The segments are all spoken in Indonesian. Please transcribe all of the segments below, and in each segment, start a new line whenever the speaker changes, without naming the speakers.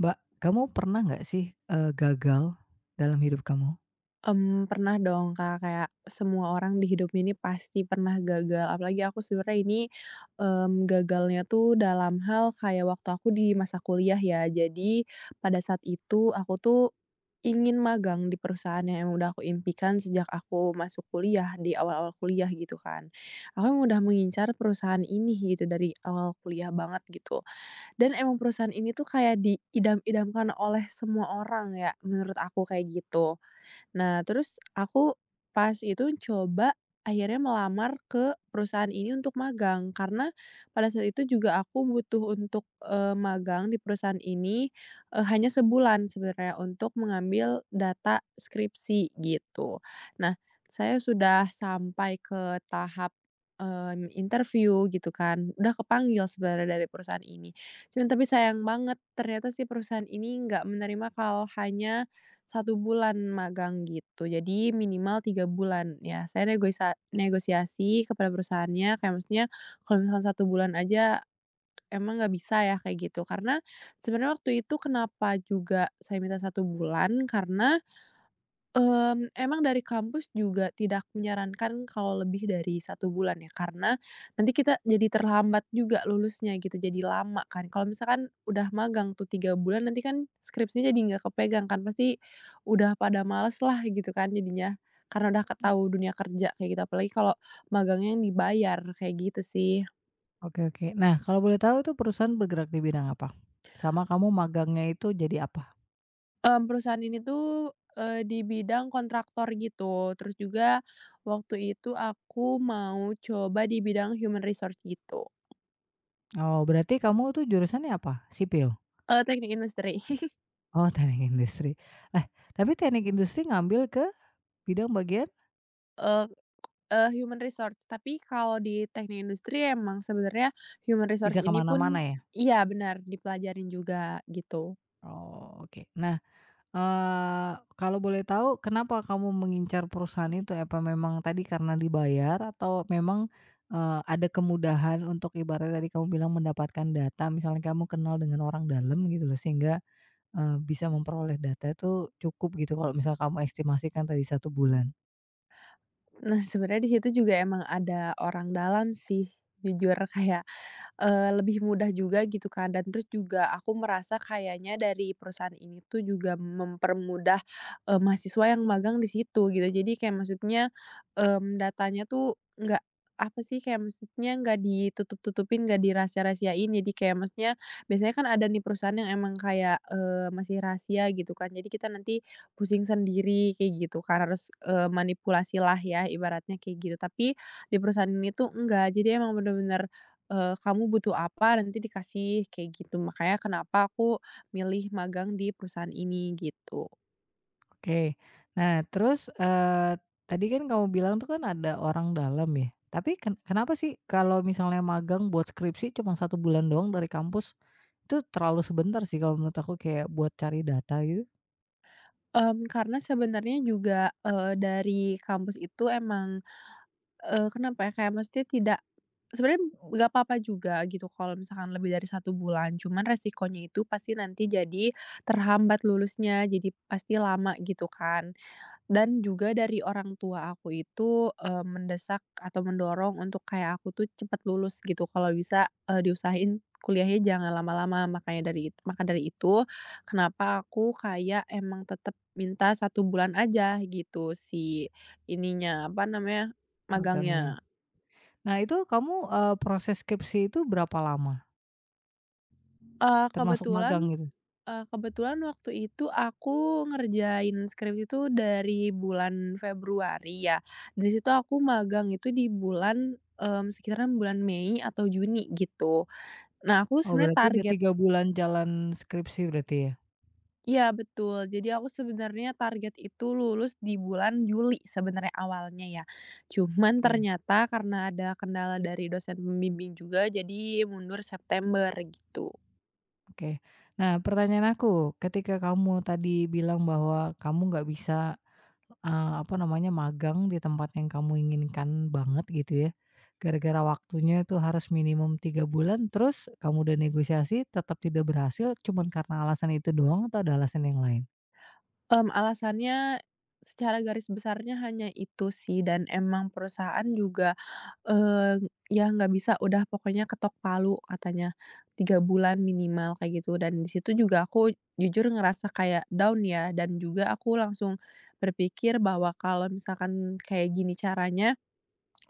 Mbak, kamu pernah nggak sih, gagal dalam hidup kamu?
Pernah dong, Kak, kayak semua orang di hidupnya ini pasti pernah gagal, apalagi aku sebenarnya ini, gagalnya tuh dalam hal kayak waktu aku di masa kuliah ya. Jadi pada saat itu aku tuh ingin magang di perusahaan yang emang udah aku impikan sejak aku masuk kuliah, di awal-awal kuliah gitu kan. Aku emang udah mengincar perusahaan ini gitu dari awal kuliah banget gitu, dan emang perusahaan ini tuh kayak diidam-idamkan oleh semua orang ya, menurut aku kayak gitu. Nah, terus aku pas itu coba akhirnya melamar ke perusahaan ini untuk magang, karena pada saat itu juga aku butuh untuk, magang di perusahaan ini, hanya sebulan sebenarnya untuk mengambil data skripsi, gitu. Nah, saya sudah sampai ke tahap, interview gitu kan, udah kepanggil sebenarnya dari perusahaan ini. Cuman tapi sayang banget ternyata si perusahaan ini nggak menerima kalau hanya 1 bulan magang gitu, jadi minimal 3 bulan ya. Saya negosiasi kepada perusahaannya, kayak maksudnya kalau misalkan 1 bulan aja emang nggak bisa ya kayak gitu. Karena sebenarnya waktu itu kenapa juga saya minta 1 bulan, karena emang dari kampus juga tidak menyarankan kalau lebih dari 1 bulan ya, karena nanti kita jadi terlambat juga lulusnya gitu, jadi lama kan. Kalau misalkan udah magang tuh 3 bulan, nanti kan skripsinya jadi nggak kepegang kan, pasti udah pada males lah gitu kan jadinya, karena udah ke tahu dunia kerja kayak gitu, apalagi kalau magangnya yang dibayar, kayak gitu sih.
Oke oke. Nah, kalau boleh tahu itu perusahaan bergerak di bidang apa? Sama kamu magangnya itu jadi apa?
Perusahaan ini tuh, di bidang kontraktor gitu, terus juga waktu itu aku mau coba di bidang human resource gitu,
Oh, berarti kamu tuh jurusannya apa? Sipil?
teknik industri,
Oh, teknik industri. Eh, tapi teknik industri ngambil ke bidang bagian
eee eee, human resource. Tapi kalau di teknik industri emang sebenarnya human resource
bisa
ini
kemana
pun
mana-mana ya?
iya benar, dipelajarin juga gitu.
Oh, oke. Nah, kalau boleh tahu kenapa kamu mengincar perusahaan itu? Apa memang tadi karena dibayar atau memang, ada kemudahan untuk ibaratnya tadi kamu bilang mendapatkan data, misalnya kamu kenal dengan orang dalam gitu loh sehingga, bisa memperoleh data itu cukup gitu kalau misal kamu estimasikan tadi satu bulan?
Nah sebenarnya di situ juga emang ada orang dalam sih, jujur kayak lebih mudah juga gitu kan dan terus juga aku merasa kayaknya dari perusahaan ini tuh juga mempermudah, mahasiswa yang magang di situ gitu. Jadi kayak maksudnya, datanya tuh nggak apa sih, kayak maksudnya nggak ditutup-tutupin, nggak dirahasia-rahasiain. Jadi kayak maksudnya biasanya kan ada nih perusahaan yang emang kayak, masih rahasia gitu kan. Jadi kita nanti pusing sendiri kayak gitu kan, harus, manipulasilah ya ibaratnya kayak gitu. Tapi di perusahaan ini tuh enggak, jadi emang bener-bener kamu butuh apa nanti dikasih kayak gitu. Makanya kenapa aku milih magang di perusahaan ini gitu.
Oke. Nah, terus, tadi kan kamu bilang tuh kan ada orang dalam ya, tapi kenapa sih kalau misalnya magang buat skripsi cuma satu bulan doang dari kampus, itu terlalu sebentar sih kalau menurut aku kayak buat cari data gitu
Karena sebenarnya juga, dari kampus itu emang, kenapa ya, kayak maksudnya tidak sebenarnya nggak apa-apa juga gitu kalau misalkan lebih dari satu bulan, cuman resikonya itu pasti nanti jadi terhambat lulusnya, jadi pasti lama gitu kan. Dan juga dari orang tua aku itu, mendesak atau mendorong untuk kayak aku tuh cepet lulus gitu, kalau bisa, diusahain kuliahnya jangan lama-lama. Makanya dari it maka dari itu, kenapa aku kayak emang tetap minta 1 bulan aja gitu si ininya, apa namanya,
magangnya.
magangnya.
Nah, itu kamu, proses skripsi itu berapa lama?
Eee,
Termasuk
kebetulan
magang gitu?
Kebetulan waktu itu aku ngerjain skripsi itu dari bulan Februari ya, dari situ aku magang itu di bulan, sekitaran bulan Mei atau Juni gitu. Nah aku
Oh,
sebenarnya
berarti udah
target
3 bulan jalan skripsi berarti ya?
Iya betul, jadi aku sebenarnya target itu lulus di bulan Juli sebenarnya awalnya ya. Cuman
Oke
ternyata karena ada kendala dari dosen pembimbing juga jadi mundur September gitu.
oke. Nah, pertanyaan aku, ketika kamu tadi bilang bahwa kamu nggak bisa apa namanya, magang di tempat yang kamu inginkan banget gitu ya, gara-gara waktunya itu harus minimum 3 bulan, terus kamu udah negosiasi tetap tidak berhasil cuman karena alasan itu doang atau ada alasan yang lain?
Alasannya secara garis besarnya hanya itu sih dan emang perusahaan juga, ya nggak bisa udah pokoknya ketok palu katanya, 3 bulan minimal kayak gitu dan di situ juga aku jujur ngerasa kayak down ya dan juga aku langsung berpikir bahwa kalau misalkan kayak gini caranya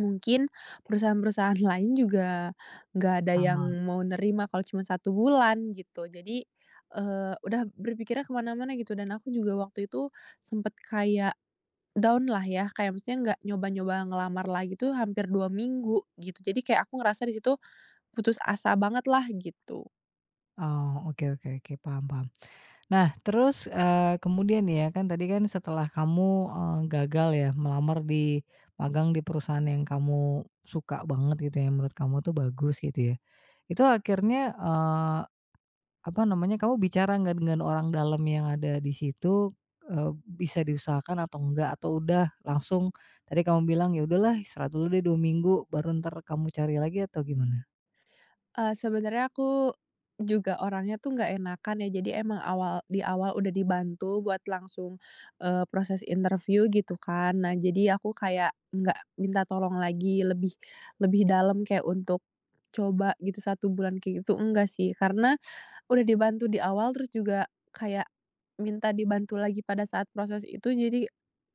mungkin perusahaan-perusahaan lain juga nggak ada yang
Sama.
mau nerima kalau cuma satu bulan gitu. Jadi, udah berpikirnya kemana mana gitu dan aku juga waktu itu sempet kayak down lah ya, kayak maksudnya nggak nyoba-nyoba ngelamar lagi tuh hampir 2 minggu gitu. Jadi kayak aku ngerasa di situ putus asa banget lah gitu.
Oh, oke oke oke, paham paham. Nah terus, kemudian ya kan tadi kan setelah kamu, gagal ya melamar di magang di perusahaan yang kamu suka banget gitu, yang menurut kamu tuh bagus gitu ya, itu akhirnya, eh, apa namanya, kamu bicara nggak dengan orang dalam yang ada di situ, eee, bisa diusahakan atau enggak, atau udah langsung tadi kamu bilang, "Ya udahlah istirahat dulu deh 2 minggu, baru entar kamu cari lagi," atau gimana?
Sebenarnya aku juga orangnya tuh nggak enakan ya, jadi emang di awal udah dibantu buat langsung, proses interview gitu kan. Nah, jadi aku kayak nggak minta tolong lagi lebih lebih dalam kayak untuk coba gitu 1 bulan kayak gitu, enggak sih. Karena udah dibantu di awal, terus juga kayak minta dibantu lagi pada saat proses itu, jadi,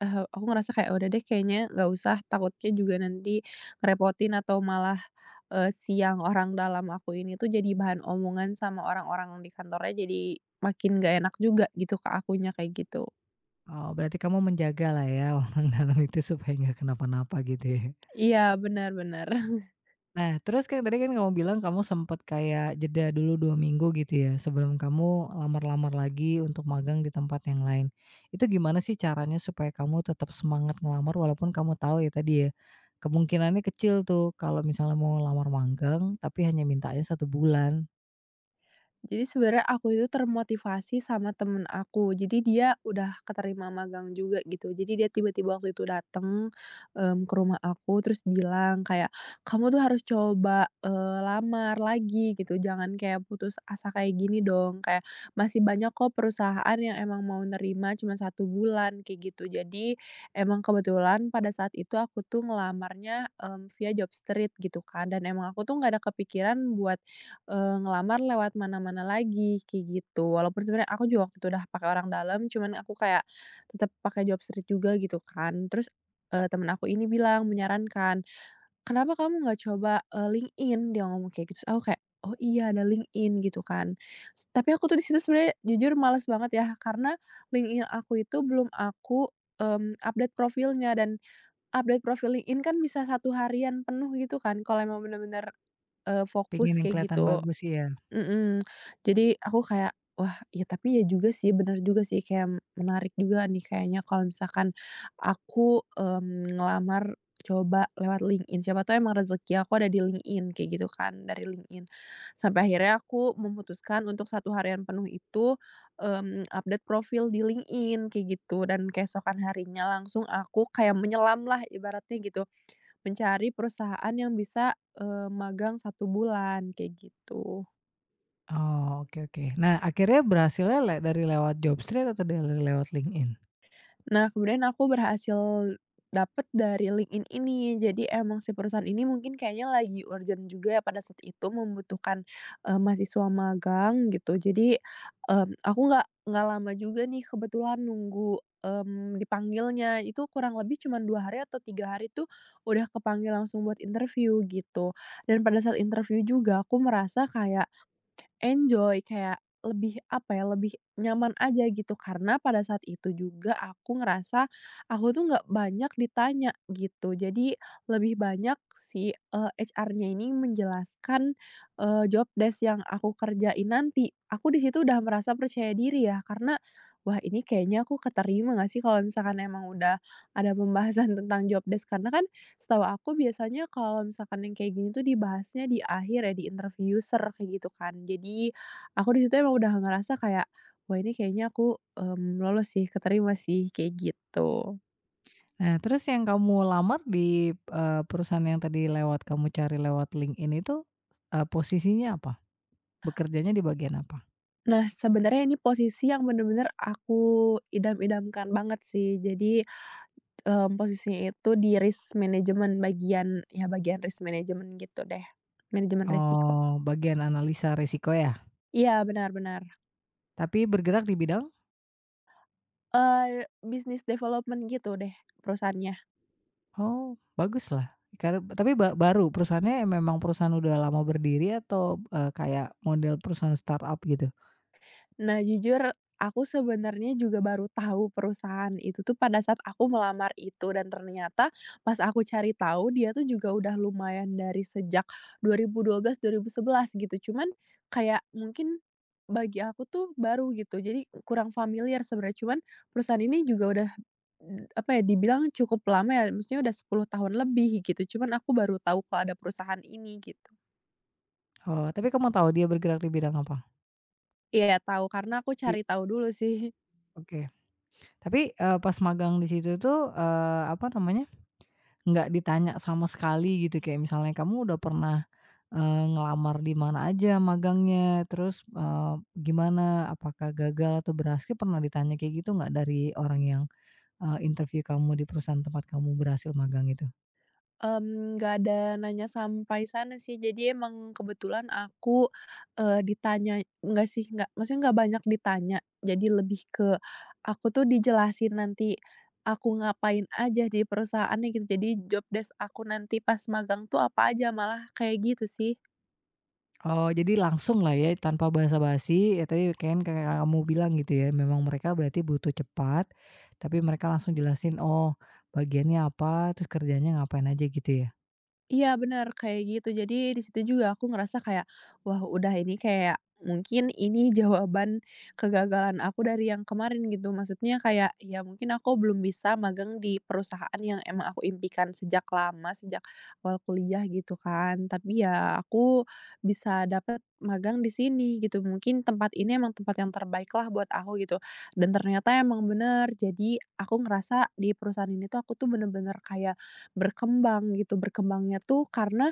aku ngerasa kayak, "Udah deh kayaknya nggak usah, takutnya juga nanti ngerepotin atau malah, siang orang dalam aku ini tuh jadi bahan omongan sama orang-orang di kantornya, jadi makin nggak enak juga gitu ke akunya," kayak gitu.
Oh, berarti kamu menjaga lah ya orang dalam itu supaya nggak kenapa-napa gitu ya?
Iya, benar-benar.
Nah, terus kan tadi kan kamu bilang kamu sempat kayak jeda dulu 2 minggu gitu ya, sebelum kamu lamar-lamar lagi untuk magang di tempat yang lain. Itu gimana sih caranya supaya kamu tetap semangat ngelamar walaupun kamu tahu ya tadi ya, kemungkinannya kecil tuh kalau misalnya mau lamar magang, tapi hanya mintanya satu bulan.
Jadi sebenarnya aku itu termotivasi sama temen aku. Jadi dia udah keterima magang juga gitu. Jadi dia tiba-tiba waktu itu dateng, ke rumah aku terus bilang kayak, "Kamu tuh harus coba, lamar lagi gitu, jangan kayak putus asa kayak gini dong. Kayak masih banyak kok perusahaan yang emang mau nerima cuma 1 bulan," kayak gitu. Jadi emang kebetulan pada saat itu aku tuh ngelamarnya, via Jobstreet gitu kan dan emang aku tuh nggak ada kepikiran buat ngelamar lewat mana-mana lagi, kayak gitu. Walaupun sebenarnya aku juga waktu itu udah pakai orang dalam, cuman aku kayak tetap pakai job street juga gitu kan. Terus, temen aku ini bilang, menyarankan, "Kenapa kamu nggak coba, LinkedIn?" Dia ngomong kayak gitu, terus aku kayak, "Oh iya, ada LinkedIn," gitu kan. Tapi aku tuh di situ sebenarnya jujur males banget ya, karena LinkedIn aku itu belum aku, update profilnya dan update profil LinkedIn kan bisa satu harian penuh gitu kan, kalau emang bener-bener,
Pengen
fokus
yang
kayak
kelihatan
gitu.
bagus ya?
Mhm, jadi aku kayak, wah, ya tapi ya juga sih, bener juga sih, kayak menarik juga nih kayaknya kalau misalkan aku, ngelamar coba lewat LinkedIn, siapa tahu emang rezeki aku ada di LinkedIn, kayak gitu kan, dari LinkedIn. Sampai akhirnya aku memutuskan untuk satu harian penuh itu, update profil di LinkedIn, kayak gitu, dan keesokan harinya langsung aku kayak menyelamlah ibaratnya gitu, mencari perusahaan yang bisa, magang 1 bulan, kayak gitu.
Oh, oke oke. Nah, akhirnya berhasilnya dari lewat Jobstreet atau dari lewat LinkedIn?
Nah, kemudian aku berhasil dapet dari LinkedIn ini. Jadi emang si perusahaan ini mungkin kayaknya lagi urgent juga ya pada saat itu membutuhkan, mahasiswa magang gitu. Jadi, aku nggak lama juga nih kebetulan nunggu, dipanggilnya. Itu kurang lebih cuma 2 hari atau 3 hari tuh udah kepanggil langsung buat interview gitu. Dan pada saat interview juga aku merasa kayak enjoy, kayak lebih, apa ya, lebih nyaman aja gitu, karena pada saat itu juga aku ngerasa aku tuh nggak banyak ditanya gitu. Jadi lebih banyak si, HR-nya ini menjelaskan, job desk yang aku kerjain nanti. Aku di situ udah merasa percaya diri ya, karena, "Wah, ini kayaknya aku keterima nggak sih kalau misalkan emang udah ada pembahasan tentang job desk?" Karena kan setahu aku biasanya kalau misalkan yang kayak gini tuh dibahasnya di akhir ya, di interviewer kayak gitu kan. Jadi aku di situ emang udah ngerasa kayak, wah ini kayaknya aku, lolos sih, keterima sih, kayak gitu.
Nah, terus yang kamu lamar di, perusahaan yang tadi lewat kamu cari lewat LinkedIn itu, posisinya apa? Bekerjanya di bagian apa?
Nah sebenarnya ini posisi yang bener-bener aku idam-idamkan banget sih. Jadi, posisinya itu di risk management bagian, ya bagian risk management gitu deh, manajemen resiko.
Oh, bagian analisa risiko ya?
Iya benar benar,
Tapi bergerak di bidang?
business development gitu deh perusahaannya.
Oh, baguslah. Karena tapi baru, perusahaannya memang perusahaan udah lama berdiri atau, kayak model perusahaan startup gitu?
Nah, jujur aku sebenarnya juga baru tahu perusahaan itu tuh pada saat aku melamar itu dan ternyata pas aku cari tahu dia tuh juga udah lumayan dari sejak 2012, 2011 gitu. Cuman kayak mungkin bagi aku tuh baru gitu. Jadi kurang familiar sebenarnya. Cuman perusahaan ini juga udah apa ya dibilang cukup lama ya, maksudnya udah 10 tahun lebih gitu. Cuman aku baru tahu kalau ada perusahaan ini gitu.
Oh, tapi kamu tahu dia bergerak di bidang apa?
Iya, tahu karena aku
Di
cari tahu dulu sih.
oke. Tapi, pas magang di situ tuh, apa namanya. Nggak ditanya sama sekali gitu, kayak misalnya, "Kamu udah pernah, ngelamar di mana aja magangnya? Terus, gimana? Apakah gagal atau berhasil?" Pernah ditanya kayak gitu nggak dari orang yang, interview kamu di perusahaan tempat kamu berhasil magang itu?
Nggak ada nanya sampai sana sih, jadi emang kebetulan aku, eee, ditanya nggak sih, nggak maksudnya nggak banyak ditanya, jadi lebih ke aku tuh dijelasin nanti aku ngapain aja di perusahaannya gitu, jadi job desk aku nanti pas magang tuh apa aja, malah kayak gitu sih.
Oh, jadi langsung lah ya tanpa basa-basi, ya tadi kan kayak kamu bilang gitu ya, memang mereka berarti butuh cepat, tapi mereka langsung jelasin, oh bagiannya apa, terus kerjanya ngapain aja gitu ya?
Iya benar kayak gitu. Jadi di situ juga aku ngerasa kayak, wah udah ini kayak mungkin ini jawaban kegagalan aku dari yang kemarin gitu. Maksudnya kayak ya mungkin aku belum bisa magang di perusahaan yang emang aku impikan sejak lama, sejak awal kuliah gitu kan. Tapi ya aku bisa dapat magang di sini gitu. Mungkin tempat ini emang tempat yang terbaik lah buat aku gitu. Dan ternyata emang bener. Jadi aku ngerasa di perusahaan ini tuh aku tuh bener-bener kayak berkembang gitu, berkembangnya tuh karena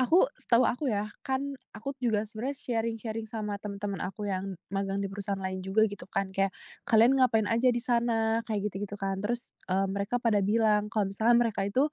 setahu aku ya, kan aku juga sebenarnya sharing-sharing sama teman-teman aku yang magang di perusahaan lain juga gitu kan, kayak, "Kalian ngapain aja di sana?" Kayak gitu-gitu kan. Terus, mereka pada bilang kalau misalnya mereka itu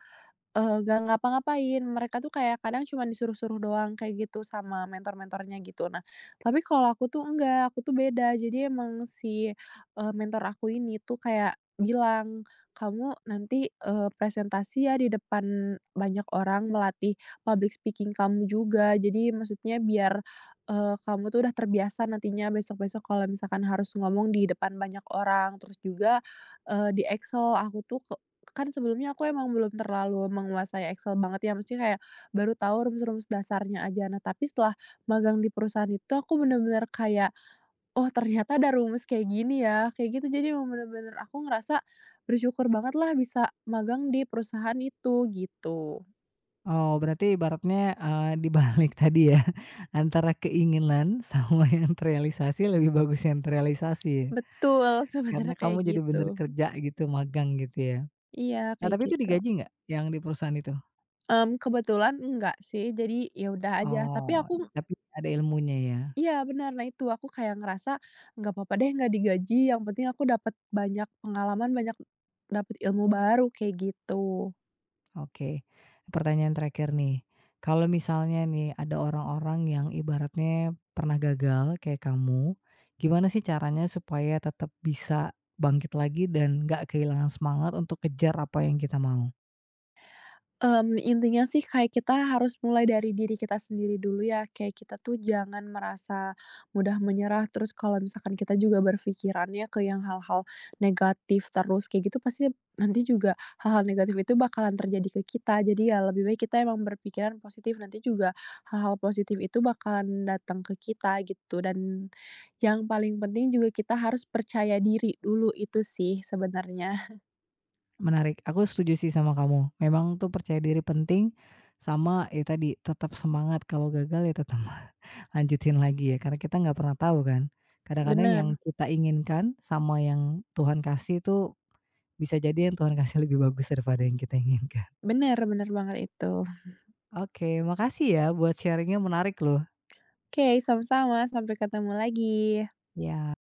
Nggak ngapa-ngapain, mereka tuh kayak kadang cuma disuruh-suruh doang kayak gitu sama mentor-mentornya gitu. Nah, tapi kalau aku tuh enggak, aku tuh beda. Jadi emang si, mentor aku ini tuh kayak bilang, "Kamu nanti, presentasi ya di depan banyak orang, melatih public speaking kamu juga." Jadi maksudnya biar, kamu tuh udah terbiasa nantinya besok-besok kalau misalkan harus ngomong di depan banyak orang. Terus juga, di Excel aku tuh kan sebelumnya aku emang belum terlalu menguasai Excel banget ya, mesti kayak baru tahu rumus-rumus dasarnya aja. Nah, tapi setelah magang di perusahaan itu aku bener-bener kayak, "Oh, ternyata ada rumus kayak gini ya," kayak gitu. Jadi emang bener-bener aku ngerasa bersyukur banget lah bisa magang di perusahaan itu, gitu.
Oh, berarti ibaratnya, di balik tadi ya, antara keinginan sama yang terrealisasi, lebih bagus yang terrealisasi ya?
Betul,
Karena
sebenarnya
kamu
kayak
jadi bener
gitu.
kerja gitu, magang gitu ya?
Iya,
Nah,
kayak
tapi itu
gitu.
digaji nggak, yang di perusahaan itu?
Kebetulan enggak sih, jadi ya udah aja. Tapi
Oh,
aku
tapi ada ilmunya ya?
iya benar, nah itu aku kayak ngerasa, nggak apa-apa deh nggak digaji yang penting aku dapat banyak pengalaman, banyak dapat ilmu baru, kayak gitu.
Oke. Pertanyaan terakhir nih, kalau misalnya nih, ada orang-orang yang ibaratnya pernah gagal kayak kamu, gimana sih caranya supaya tetap bisa bangkit lagi dan nggak kehilangan semangat untuk kejar apa yang kita mau?
Intinya sih kayak kita harus mulai dari diri kita sendiri dulu ya, kayak kita tuh jangan merasa mudah menyerah, terus kalau misalkan kita juga berpikirannya ke yang hal-hal negatif terus kayak gitu, pasti nanti juga hal-hal negatif itu bakalan terjadi ke kita. Jadi ya lebih baik kita emang berpikiran positif, nanti juga hal-hal positif itu bakalan datang ke kita gitu. Dan yang paling penting juga kita harus percaya diri dulu, itu sih sebenarnya.
Menarik, aku setuju sih sama kamu. Memang tuh percaya diri penting, sama ya tadi tetap semangat kalau gagal ya tetap lanjutin lagi ya, karena kita nggak pernah tahu kan. Kadang-kadang yang
Bener
kita inginkan sama yang Tuhan kasih tuh bisa jadi yang Tuhan kasih lebih bagus daripada yang kita inginkan.
bener bener banget itu.
Oke, makasih ya buat sharingnya menarik loh.
Oke, sama-sama. Sampai ketemu lagi.
Ya.